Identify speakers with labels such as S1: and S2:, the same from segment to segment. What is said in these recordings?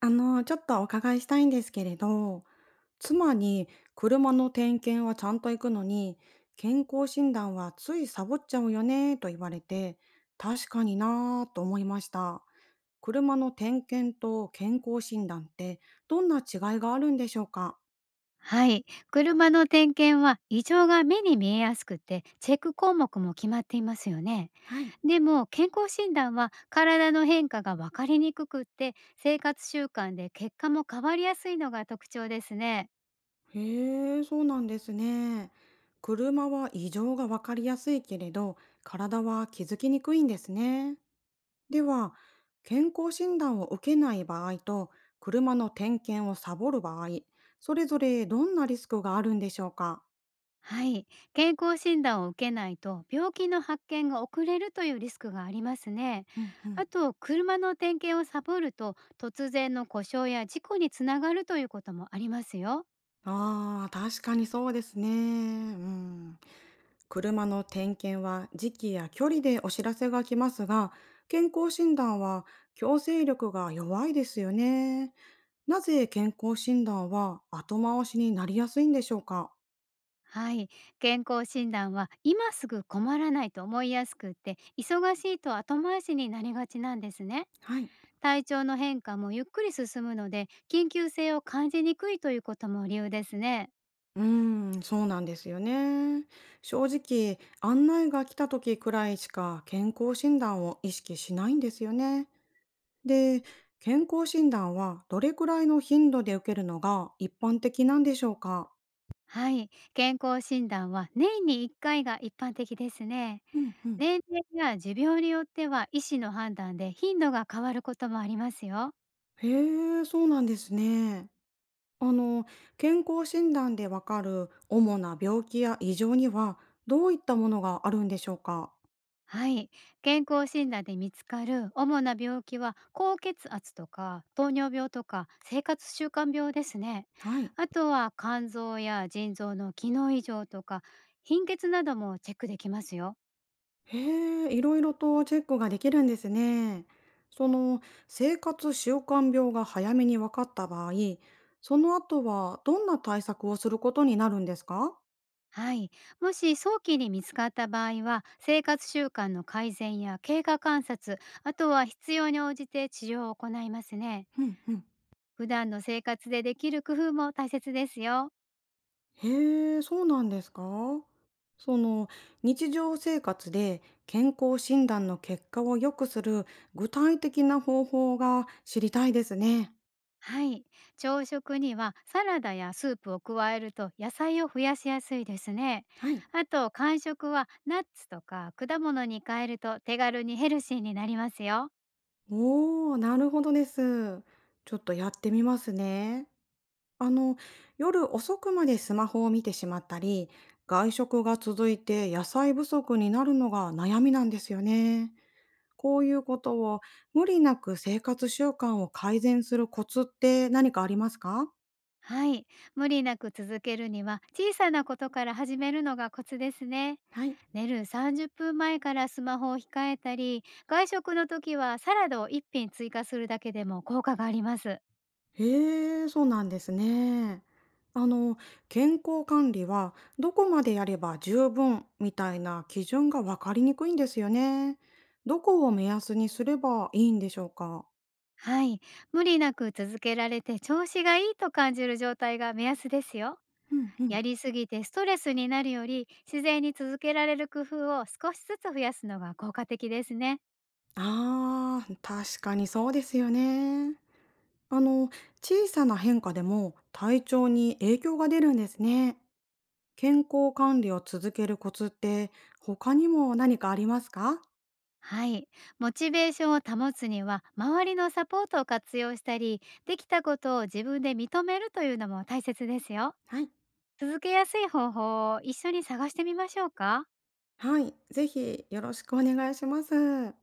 S1: ちょっとお伺いしたいんですけれど、妻に車の点検はちゃんと行くのに、健康診断はついサボっちゃうよねと言われて、確かになぁと思いました。車の点検と健康診断ってどんな違いがあるんでしょうか？
S2: はい。車の点検は異常が目に見えやすくて、チェック項目も決まっていますよね。
S1: はい。
S2: でも、健康診断は体の変化が分かりにくくって、生活習慣で結果も変わりやすいのが特徴ですね。
S1: へえ、そうなんですね。車は異常がわかりやすいけれど、体は気づきにくいんですね。では、健康診断を受けない場合と、車の点検をサボる場合、それぞれどんなリスクがあるんでしょうか？
S2: はい。健康診断を受けないと、病気の発見が遅れるというリスクがありますね。
S1: うんうん。
S2: あと、車の点検をサボると、突然の故障や事故につながるということもありますよ。
S1: ああ、確かにそうですね。うん。車の点検は時期や距離でお知らせが来ますが、健康診断は強制力が弱いですよね。なぜ健康診断は後回しになりやすいんでしょうか？
S2: はい。健康診断は今すぐ困らないと思いやすくって、忙しいと後回しになりがちなんですね。
S1: はい。
S2: 体調の変化もゆっくり進むので、緊急性を感じにくいということも理由ですね。
S1: うーん、そうなんですよね。正直、案内が来た時くらいしか健康診断を意識しないんですよね。で、健康診断はどれくらいの頻度で受けるのが一般的なんでしょうか？
S2: はい。健康診断は年に1回が一般的ですね。
S1: うんうん。
S2: 年齢や持病によっては医師の判断で頻度が変わることもありますよ。
S1: へえ、そうなんですね。あの、健康診断でわかる主な病気や異常にはどういったものがあるんでしょうか？
S2: はい。健康診断で見つかる主な病気は高血圧とか糖尿病とか生活習慣病ですね。
S1: はい。
S2: あとは肝臓や腎臓の機能異常とか貧血などもチェックできますよ。
S1: へえ、いろいろとチェックができるんですね。その生活習慣病が早めに分かった場合、その後はどんな対策をすることになるんですか？
S2: はい。もし早期に見つかった場合は生活習慣の改善や経過観察、あとは必要に応じて治療を行いますね。
S1: うんうん。
S2: 普段の生活でできる工夫も大切ですよ。
S1: へえ、そうなんですか？その日常生活で健康診断の結果を良くする具体的な方法が知りたいですね。
S2: はい。朝食にはサラダやスープを加えると野菜を増やしやすいですね。
S1: はい。
S2: あと、間食はナッツとか果物に変えると手軽にヘルシーになりますよ。
S1: おー、なるほどです。ちょっとやってみますね。あの、夜遅くまでスマホを見てしまったり、外食が続いて野菜不足になるのが悩みなんですよね。こういうことを無理なく生活習慣を改善するコツって何かありますか？
S2: はい。無理なく続けるには小さなことから始めるのがコツですね。
S1: はい。
S2: 寝る30分前からスマホを控えたり、外食の時はサラダを1品追加するだけでも効果があります。
S1: へえ、そうなんですね。あの、健康管理はどこまでやれば十分みたいな基準がわかりにくいんですよね。どこを目安にすればいいんでしょうか？
S2: はい。無理なく続けられて調子がいいと感じる状態が目安ですよ。
S1: ううんうん。
S2: やりすぎてストレスになるより自然に続けられる工夫を少しずつ増やすのが効果的ですね。
S1: ああ、確かにそうですよね。あの、小さな変化でも体調に影響が出るんですね。健康管理を続けるコツって他にも何かありますか？
S2: はい。モチベーションを保つには周りのサポートを活用したりできたことを自分で認めるというのも大切ですよ。
S1: はい。
S2: 続けやすい方法を一緒に探してみましょうか？
S1: はい、ぜひよろしくお願いします。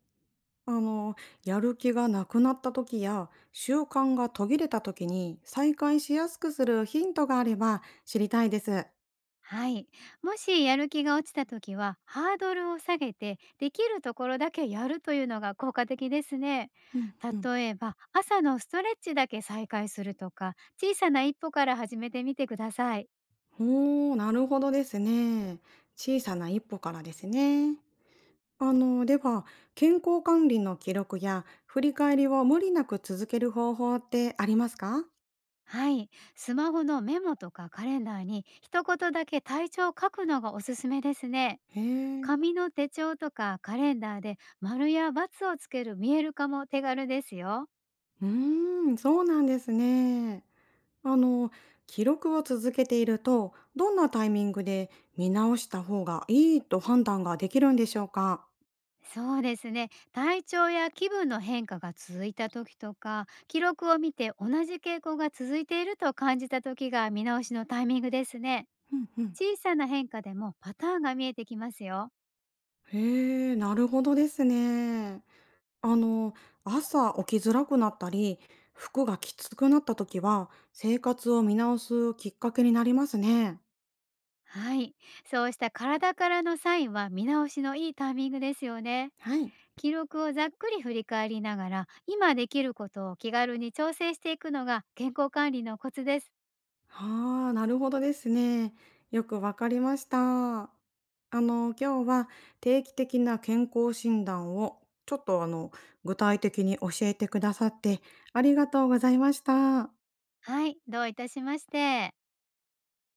S1: あの、やる気がなくなった時や習慣が途切れた時に再開しやすくするヒントがあれば知りたいです。
S2: はい。もしやる気が落ちた時は、ハードルを下げて、できるところだけやるというのが効果的ですね。
S1: うんうん。
S2: 例えば、朝のストレッチだけ再開するとか、小さな一歩から始めてみてください。
S1: おお、なるほどですね。小さな一歩からですね。では、健康管理の記録や振り返りを無理なく続ける方法ってありますか？
S2: はい。スマホのメモとかカレンダーに一言だけ体調を書くのがおすすめですね。
S1: へえ、
S2: 紙の手帳とかカレンダーで丸や×をつける見える化も手軽ですよ。
S1: うーん、そうなんですね。あの、記録を続けていると、どんなタイミングで見直した方がいいと判断ができるんでしょうか？
S2: そうですね。体調や気分の変化が続いた時とか、記録を見て同じ傾向が続いていると感じた時が見直しのタイミングですね。
S1: うんうん。
S2: 小さな変化でもパターンが見えてきますよ。
S1: へえ、なるほどですね。あの、朝起きづらくなったり、服がきつくなった時は、生活を見直すきっかけになりますね。
S2: はい。そうした体からのサインは見直しのいいタイミングですよね。
S1: はい。
S2: 記録をざっくり振り返りながら、今できることを気軽に調整していくのが健康管理のコツです。
S1: ああ、なるほどですね。よくわかりました。あ今日は定期的な健康診断をちょっと具体的に教えてくださってありがとうございました。
S2: はい。どういたしまして。